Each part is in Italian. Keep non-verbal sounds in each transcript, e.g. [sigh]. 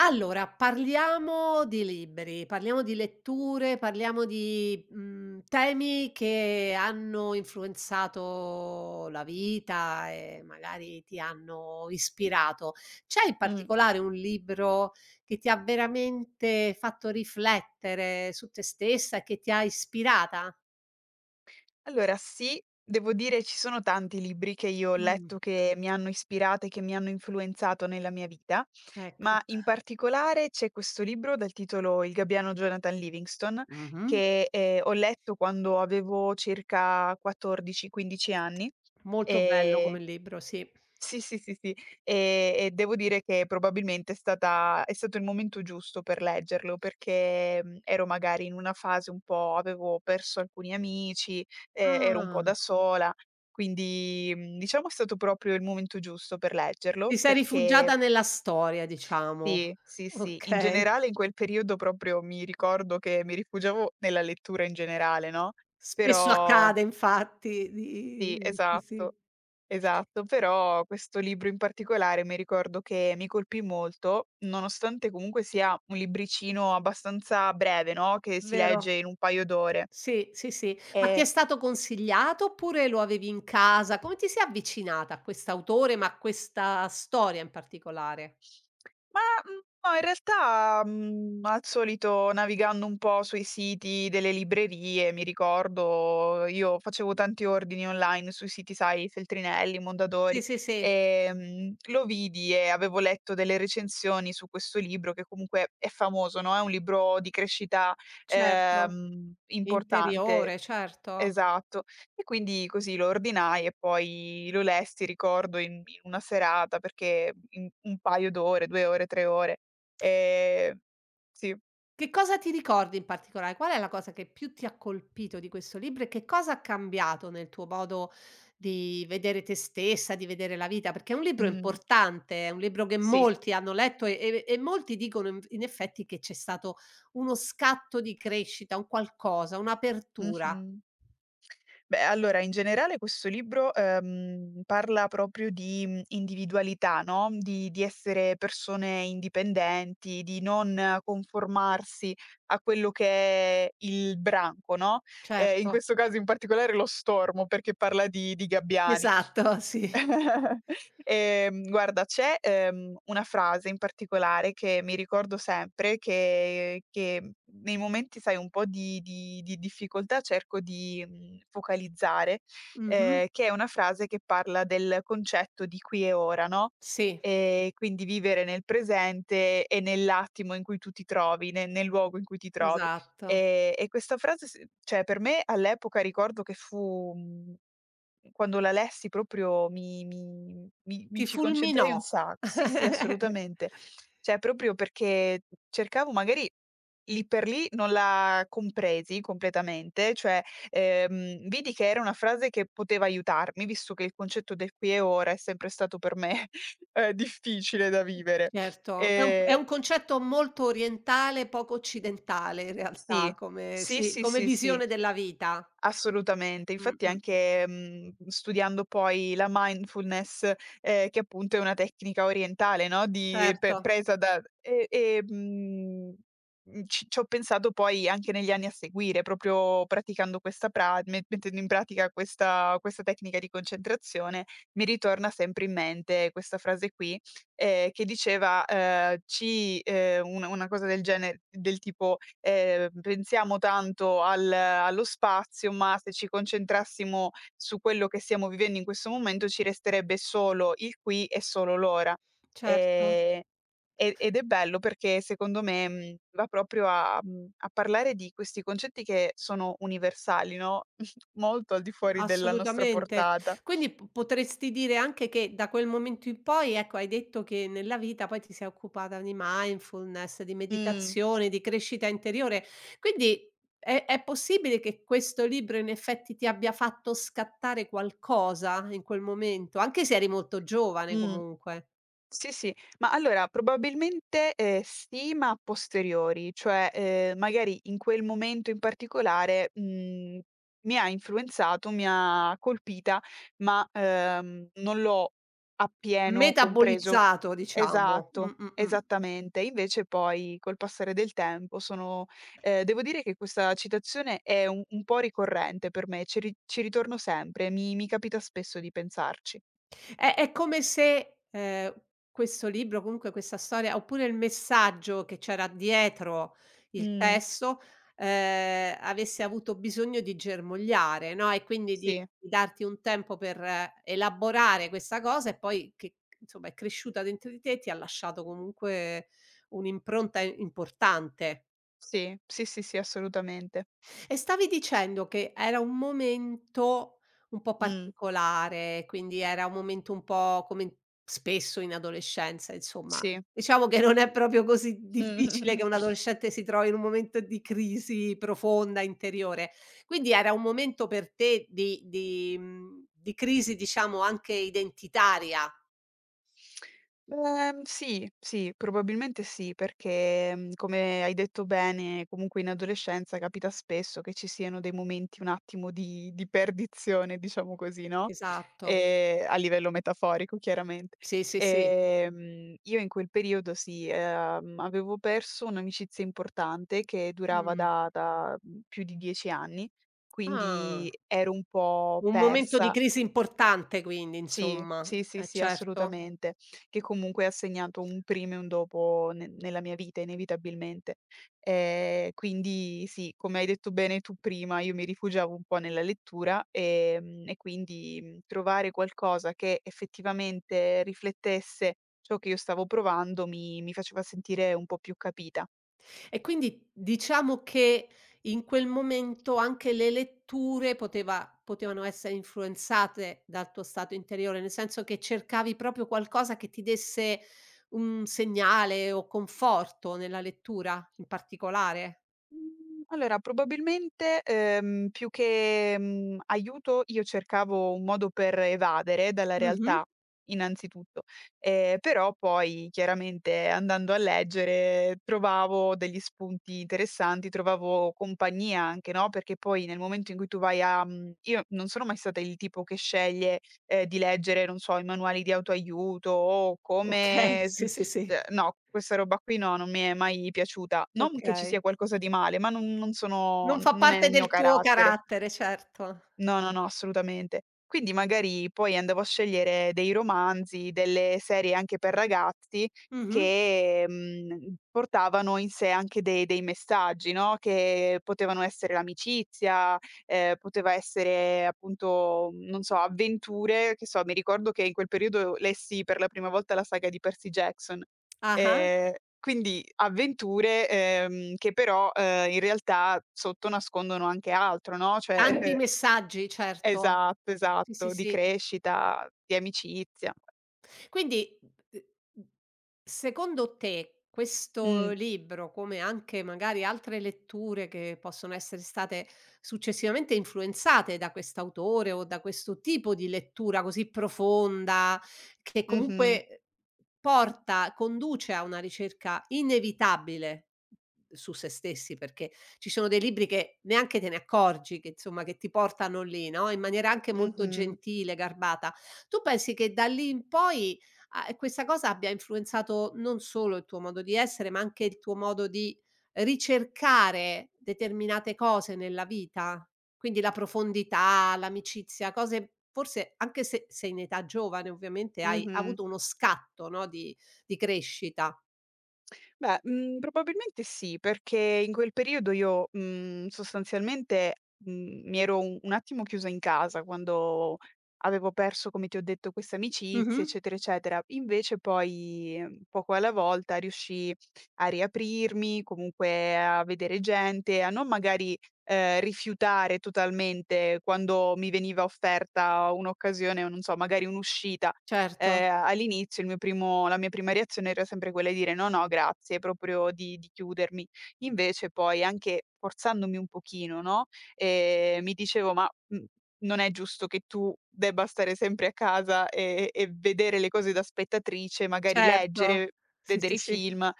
Allora, parliamo di libri, parliamo di letture, parliamo di temi che hanno influenzato la vita e magari ti hanno ispirato. C'è in Mh. particolare un libro che ti ha veramente fatto riflettere su te stessa e che ti ha ispirata? Allora sì, devo dire ci sono tanti libri che io ho Mh, letto che mi hanno ispirata e che mi hanno influenzato nella mia vita, ecco. ma in particolare c'è questo libro dal titolo Il gabbiano Jonathan Livingston Mh-mh. che, ho letto quando avevo circa 14, 15 anni, Molto bello ehm come libro, sì. Sì, sì, sì, sì. E devo dire che probabilmente è stato il momento giusto per leggerlo, perché, ero magari in una fase un po', avevo perso alcuni amici, ero un po' da Ah, sola, quindi, diciamo è stato proprio il momento giusto per leggerlo, ti sei perché rifugiata nella storia diciamo. sì, sì, sì, in Okay. generale in quel periodo proprio mi ricordo che mi rifugiavo nella lettura in generale, no, Spesso però accade infatti sì, di sì, esatto. sì, Esatto, però questo libro in particolare mi ricordo che mi colpì molto, nonostante comunque sia un libricino abbastanza breve, no, che si legge vero. in un paio d'ore. Sì, sì, sì. Ma ti E è stato consigliato oppure lo avevi in casa? Come ti sei avvicinata a quest'autore, ma a questa storia in particolare? Ma, mhmm, no, in realtà, al solito navigando un po' sui siti delle librerie, mi ricordo io facevo tanti ordini online sui siti, sai, Feltrinelli, Mondadori, Sì, sì, sì, lo vidi e avevo letto delle recensioni su questo libro che comunque è famoso, no, è un libro di crescita, certo. Importante. Interiore, certo. Esatto. E quindi così lo ordinai e poi lo lessi, ricordo, in una serata, perché in un paio d'ore, 2 ore, 3 ore. Ehm, sì, Che cosa ti ricordi in particolare? Qual è la cosa che più ti ha colpito di questo libro e che cosa ha cambiato nel tuo modo di vedere te stessa, di vedere la vita? Perché è un libro mh, importante, è un libro che sì, molti hanno letto e molti dicono in effetti che c'è stato uno scatto di crescita, un qualcosa, un'apertura. mh-mh. Beh, allora in generale questo libro, parla proprio di, individualità, no, di essere persone indipendenti, di non conformarsi a quello che è il branco, no, in Certo. questo caso in particolare lo stormo, perché parla di gabbiani. Esatto, sì. [laughs] Guarda, c'è, una frase in particolare che mi ricordo sempre che nei momenti, sai, un po' di difficoltà cerco di, focalizzare, Mh-mh. Che è una frase che parla del concetto di qui e ora, no, Sì, quindi vivere nel presente e nell'attimo in cui tu ti trovi, ne nel luogo in cui ti trovi. esatto. E questa frase s cioè per me all'epoca ricordo che fu, mhmm quando la lessi proprio mi Ti ci concentrai fulminò. un sacco. Sì, sì, [laughs] assolutamente. Cioè proprio perché cercavo magari, lì per lì non la compresi completamente, cioè, vidi che era una frase che poteva aiutarmi, visto che il concetto del qui e ora è sempre stato per me, [laughs] difficile da vivere. Certo, è un è Ehm un concetto molto orientale, poco occidentale in sì, realtà come sì, sì, sì, come sì, sì. visione della vita. Assolutamente. Infatti Mh-mh. anche, studiando poi la mindfulness, che appunto è una tecnica orientale, no, di pe Certo, presa da, ci ho pensato poi anche negli anni a seguire, proprio praticando questa pra me mettendo in pratica questa tecnica di concentrazione, mi ritorna sempre in mente questa frase qui, che diceva, ci un, una cosa del tipo, "Pensiamo tanto al allo spazio, ma se ci concentrassimo su quello che stiamo vivendo in questo momento ci resterebbe solo il qui e solo l'ora". certo. Ehm, e ed è bello, perché secondo me, va proprio a a parlare di questi concetti che sono universali, no, [laughs] molto al di fuori della nostra Assolutamente. portata. Quindi p potresti dire anche che da quel momento in poi, ecco, hai detto che nella vita poi ti sei occupata di mindfulness, di Mh, meditazione, di crescita interiore. Quindi è possibile che questo libro in effetti ti abbia fatto scattare qualcosa in quel momento, anche se eri molto giovane mh. comunque, Sì, sì, ma allora probabilmente, sì, ma a posteriori, cioè, magari in quel momento in particolare, mi ha influenzato, mi ha colpita, ma, non l'ho appieno compreso. metabolizzato diciamo. Esatto, esattamente. Invece poi col passare del tempo sono, devo dire che questa citazione è un po' ricorrente per me, ci ritorno sempre, mi capita spesso di pensarci. È come se, questo libro, comunque questa storia, oppure il messaggio che c'era dietro il Mh, testo, avesse avuto bisogno di germogliare, no, e quindi di sì. di darti un tempo per elaborare questa cosa e poi che insomma è cresciuta dentro di te e ti ha lasciato comunque un'impronta importante. Sì, sì, sì, sì, assolutamente. E stavi dicendo che era un momento un po' Mh. particolare, quindi era un momento un po' come spesso in adolescenza, insomma. Sì. Diciamo che non è proprio così difficile che un [laughs] adolescente si trovi in un momento di crisi profonda interiore. Quindi era un momento per te di di crisi diciamo anche identitaria. Sì, sì, probabilmente sì, perché, come hai detto bene, comunque in adolescenza capita spesso che ci siano dei momenti, un attimo di perdizione, diciamo così, no, Esatto. A livello metaforico chiaramente. Sì, sì, sì. Io in quel periodo sì, avevo perso un'amicizia importante che durava Mh. da più di 10 anni, quindi Ah, ero un po' un momento di persa. crisi importante quindi, Sì, insomma. sì, sì, Eh sì, certo. assolutamente, che comunque ha segnato un prima e un dopo ne nella mia vita inevitabilmente. Quindi sì, come hai detto bene tu prima, io mi rifugiavo un po' nella lettura, e quindi, trovare qualcosa che effettivamente riflettesse ciò che io stavo provando mi faceva sentire un po' più capita. E quindi diciamo che in quel momento anche le letture potevano essere influenzate dal tuo stato interiore, nel senso che cercavi proprio qualcosa che ti desse un segnale o conforto nella lettura in particolare? Mhmm, allora probabilmente, più che, aiuto, io cercavo un modo per evadere dalla Mh-mh. realtà, innanzitutto, però poi chiaramente andando a leggere trovavo degli spunti interessanti, trovavo compagnia anche, no, perché poi nel momento in cui tu vai a io non sono mai stata il tipo che sceglie, di leggere, non so, i manuali di autoaiuto o Okay, come [laughs] s sì, sì, sì. No, questa roba qui no, non mi è mai piaciuta. Non che ci sia Okay. qualcosa di male, ma non sono, Non fa non è parte nel mio del tuo carattere. carattere, certo. No, no, no, assolutamente. Quindi magari poi andavo a scegliere dei romanzi, delle serie anche per ragazzi Mh-mh. che, portavano in sé anche de dei messaggi, no, che potevano essere l'amicizia, poteva essere appunto, non so, avventure, che so, mi ricordo che in quel periodo lessi per la prima volta la saga di Percy Jackson. Ah-ah. Ehm, quindi avventure, che però, in realtà sotto nascondono anche altro, no, cioè Tanti [laughs] eh, messaggi, certo. esatto, Sì, sì, esatto, di sì. crescita, di amicizia. Quindi, uhm, secondo te questo Mh. libro, come anche magari altre letture che possono essere state successivamente influenzate da quest'autore o da questo tipo di lettura così profonda, che Mh-mh. comunque porta conduce a una ricerca inevitabile su se stessi, perché ci sono dei libri che neanche te ne accorgi che insomma che ti portano lì, no, in maniera anche molto Mh-mh. gentile, garbata. Tu pensi che da lì in poi Ah, e questa cosa abbia influenzato non solo il tuo modo di essere, ma anche il tuo modo di ricercare determinate cose nella vita? Quindi la profondità, l'amicizia, cose forse anche se sei in età giovane ovviamente hai Mh-mh. avuto uno scatto, no, di crescita. Beh, probabilmente sì, perché in quel periodo io, sostanzialmente, mi ero un attimo chiusa in casa quando avevo perso, come ti ho detto, queste amicizie, Mh-mh. eccetera, eccetera. Invece poi, poco alla volta riuscii a riaprirmi, comunque a vedere gente, a non magari, rifiutare totalmente quando mi veniva offerta un'occasione, o non so, magari un'uscita. Certo, All'inizio il mio primo la mia prima reazione era sempre quella di dire: "No, no grazie", proprio di chiudermi. Invece poi anche forzandomi un pochino, no, mi dicevo: "Ma, non è giusto che tu debba stare sempre a casa e vedere le cose da spettatrice, magari certo. leggere, Sì, vedere sì, i sì. film,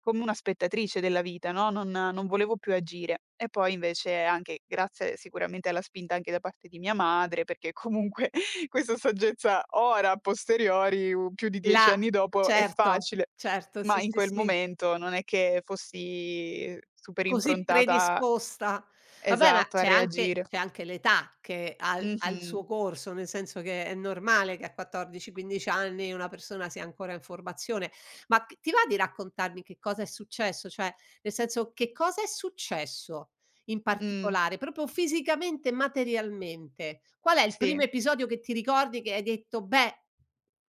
come una spettatrice della vita, no, non volevo più agire. E poi invece anche grazie sicuramente alla spinta anche da parte di mia madre, perché comunque, [laughs] questa saggezza ora, a posteriori, u più di 10 La anni dopo, è certo, facile, certo, ma sì, in sì, quel sì. momento non è che fossi super Così improntata, predisposta. Vabbè, ma esatto, a c'è reagire. anche c'è anche l'età che ha il Mh-mh. suo corso, nel senso che è normale che a 14, 15 anni una persona sia ancora in formazione. Ma c ti va di raccontarmi che cosa è successo? Cioè, nel senso, che cosa è successo in Mh. particolare, proprio fisicamente e materialmente? Qual è il Sì. primo episodio che ti ricordi che hai detto: "Beh,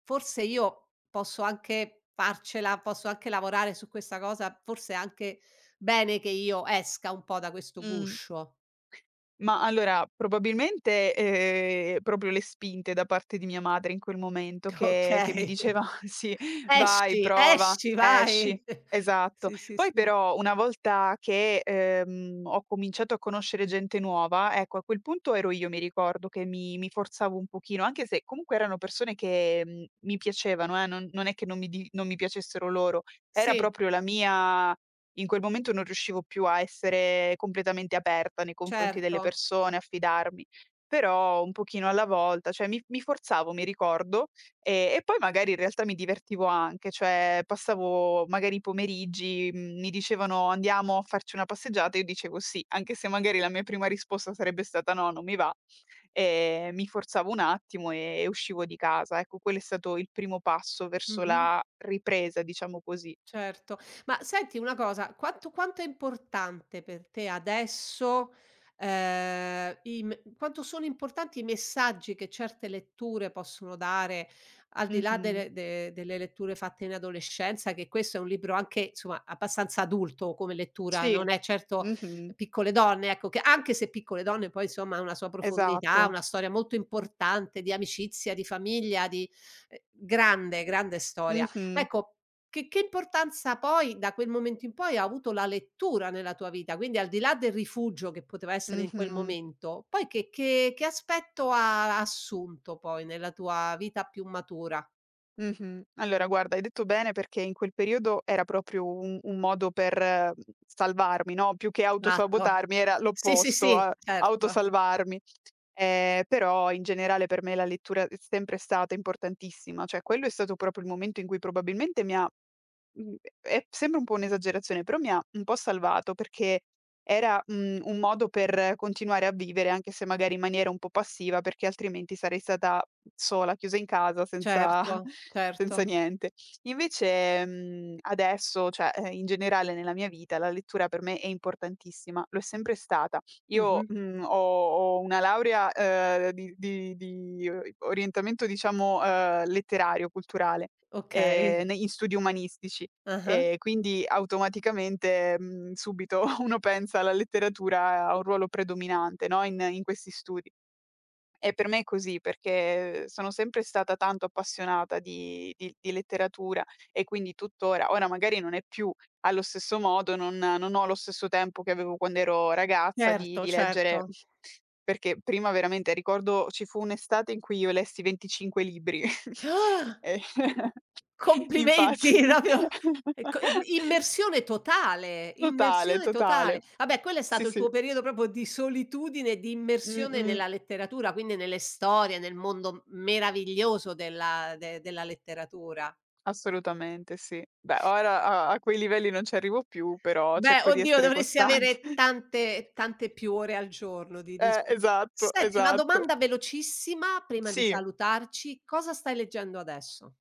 forse io posso anche farcela, posso anche lavorare su questa cosa, forse anche bene che io esca un po' da questo Mh. guscio, Ma allora, probabilmente, proprio le spinte da parte di mia madre in quel momento, [laughs] che mi okay. diceva: [laughs] "Sì, vai, Esci, prova, esci, esci." vai. [laughs] Esatto. Sì, sì, Poi sì. però una volta che, ho cominciato a conoscere gente nuova, ecco, a quel punto ero io, mi ricordo, che mi forzavo un pochino, anche se comunque erano persone che, mi piacevano, non non è che non mi di non mi piacessero loro, era Sì, proprio la mia, in quel momento non riuscivo più a essere completamente aperta nei confronti delle certo. persone, a fidarmi. Però un pochino alla volta, cioè mi forzavo, mi ricordo, e poi magari in realtà mi divertivo anche, cioè passavo magari i pomeriggi, mi dicevano: "Andiamo a farci una passeggiata", io dicevo: "Sì", anche se magari la mia prima risposta sarebbe stata: "No, non mi va". Mi forzavo un attimo e uscivo di casa. Ecco, quello è stato il primo passo verso Mh-mh. la ripresa, diciamo così. Certo. Ma senti una cosa, quanto è importante per te adesso, i me quanto sono importanti i messaggi che certe letture possono dare, al di là Mh-mh. delle letture fatte in adolescenza, che questo è un libro anche, insomma, abbastanza adulto come lettura, Sì. non è certo Mh-mh. Piccole donne, ecco, che anche se Piccole donne poi, insomma, ha una sua profondità, Esatto. una storia molto importante di amicizia, di famiglia, di grande, grande storia. Ma Mh-mh. ecco che importanza poi da quel momento in poi ha avuto la lettura nella tua vita? Quindi al di là del rifugio che poteva essere in quel Mh-mh. momento, poi che aspetto ha assunto poi nella tua vita più matura? Mh-mh. Allora guarda, hai detto bene, perché in quel periodo era proprio un modo per, salvarmi, no, più che Esatto. autosabotarmi era Sì, sì, l'opposto, sì, a certo, autosalvarmi. Però in generale per me la lettura è sempre stata importantissima, cioè quello è stato proprio il momento in cui probabilmente mi ha, Mhmm, è, sembra un po' un'esagerazione, però mi ha un po' salvato, perché era, un modo per continuare a vivere, anche se magari in maniera un po' passiva, perché altrimenti sarei stata sola, chiusa in casa senza [laughs] certo, senza certo. niente. Invece, adesso, cioè, in generale nella mia vita, la lettura per me è importantissima, lo è sempre stata. Io, Mh-mh. mhmm, ho ho una laurea, di orientamento diciamo, letterario, culturale, Okay. ne in studi umanistici. Ah-ah. E quindi automaticamente, subito [laughs] uno pensa alla letteratura, a un ruolo predominante, no, in questi studi. E per me è così, perché sono sempre stata tanto appassionata di letteratura e quindi tuttora. Ora magari non è più allo stesso modo, non ho lo stesso tempo che avevo quando ero ragazza di Certo, certo. leggere, [laughs] perché prima veramente ricordo ci fu un'estate in cui io lessi 25 libri. [laughs] [gasps] E [laughs] Complimenti, infatti. [laughs] proprio ecco, im [laughs] immersione totale, Totale, immersione totale. totale. Vabbè, quello è Sì, stato il sì. tuo periodo proprio di solitudine e di immersione Mh-mh. nella letteratura, quindi nelle storie, nel mondo meraviglioso della letteratura. Assolutamente sì. Beh, ora a quei livelli non ci arrivo più, però Beh, cerco di oddio, essere dovresti costante. avere [laughs] tante tante più ore al giorno di dis esatto, senti, una esatto. domanda velocissima prima di Sì. salutarci: cosa stai leggendo adesso?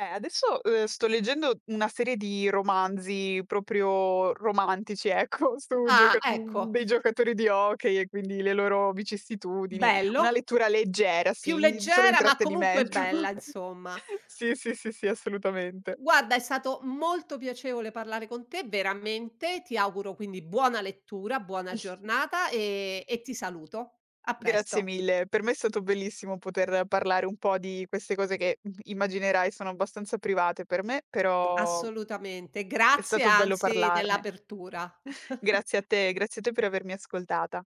Adesso, sto leggendo una serie di romanzi proprio romantici, ecco, [laughs] Ah, ecco, dei giocatori di hockey e quindi le loro vicissitudini. Una bello, lettura leggera, più sì, solo leggera ma comunque intrattenimento. bella, [laughs] insomma. Sì, sì, sì, sì, assolutamente. Guarda, è stato molto piacevole parlare con te, veramente. Ti auguro quindi buona lettura, buona [laughs] giornata e ti saluto. A Grazie presto. mille, per me è stato bellissimo poter parlare un po' di queste cose che, immaginerai sono abbastanza private per me, però Assolutamente. è Grazie stato bello anzi parlarne. dell'apertura. [laughs] Grazie a te per avermi ascoltata.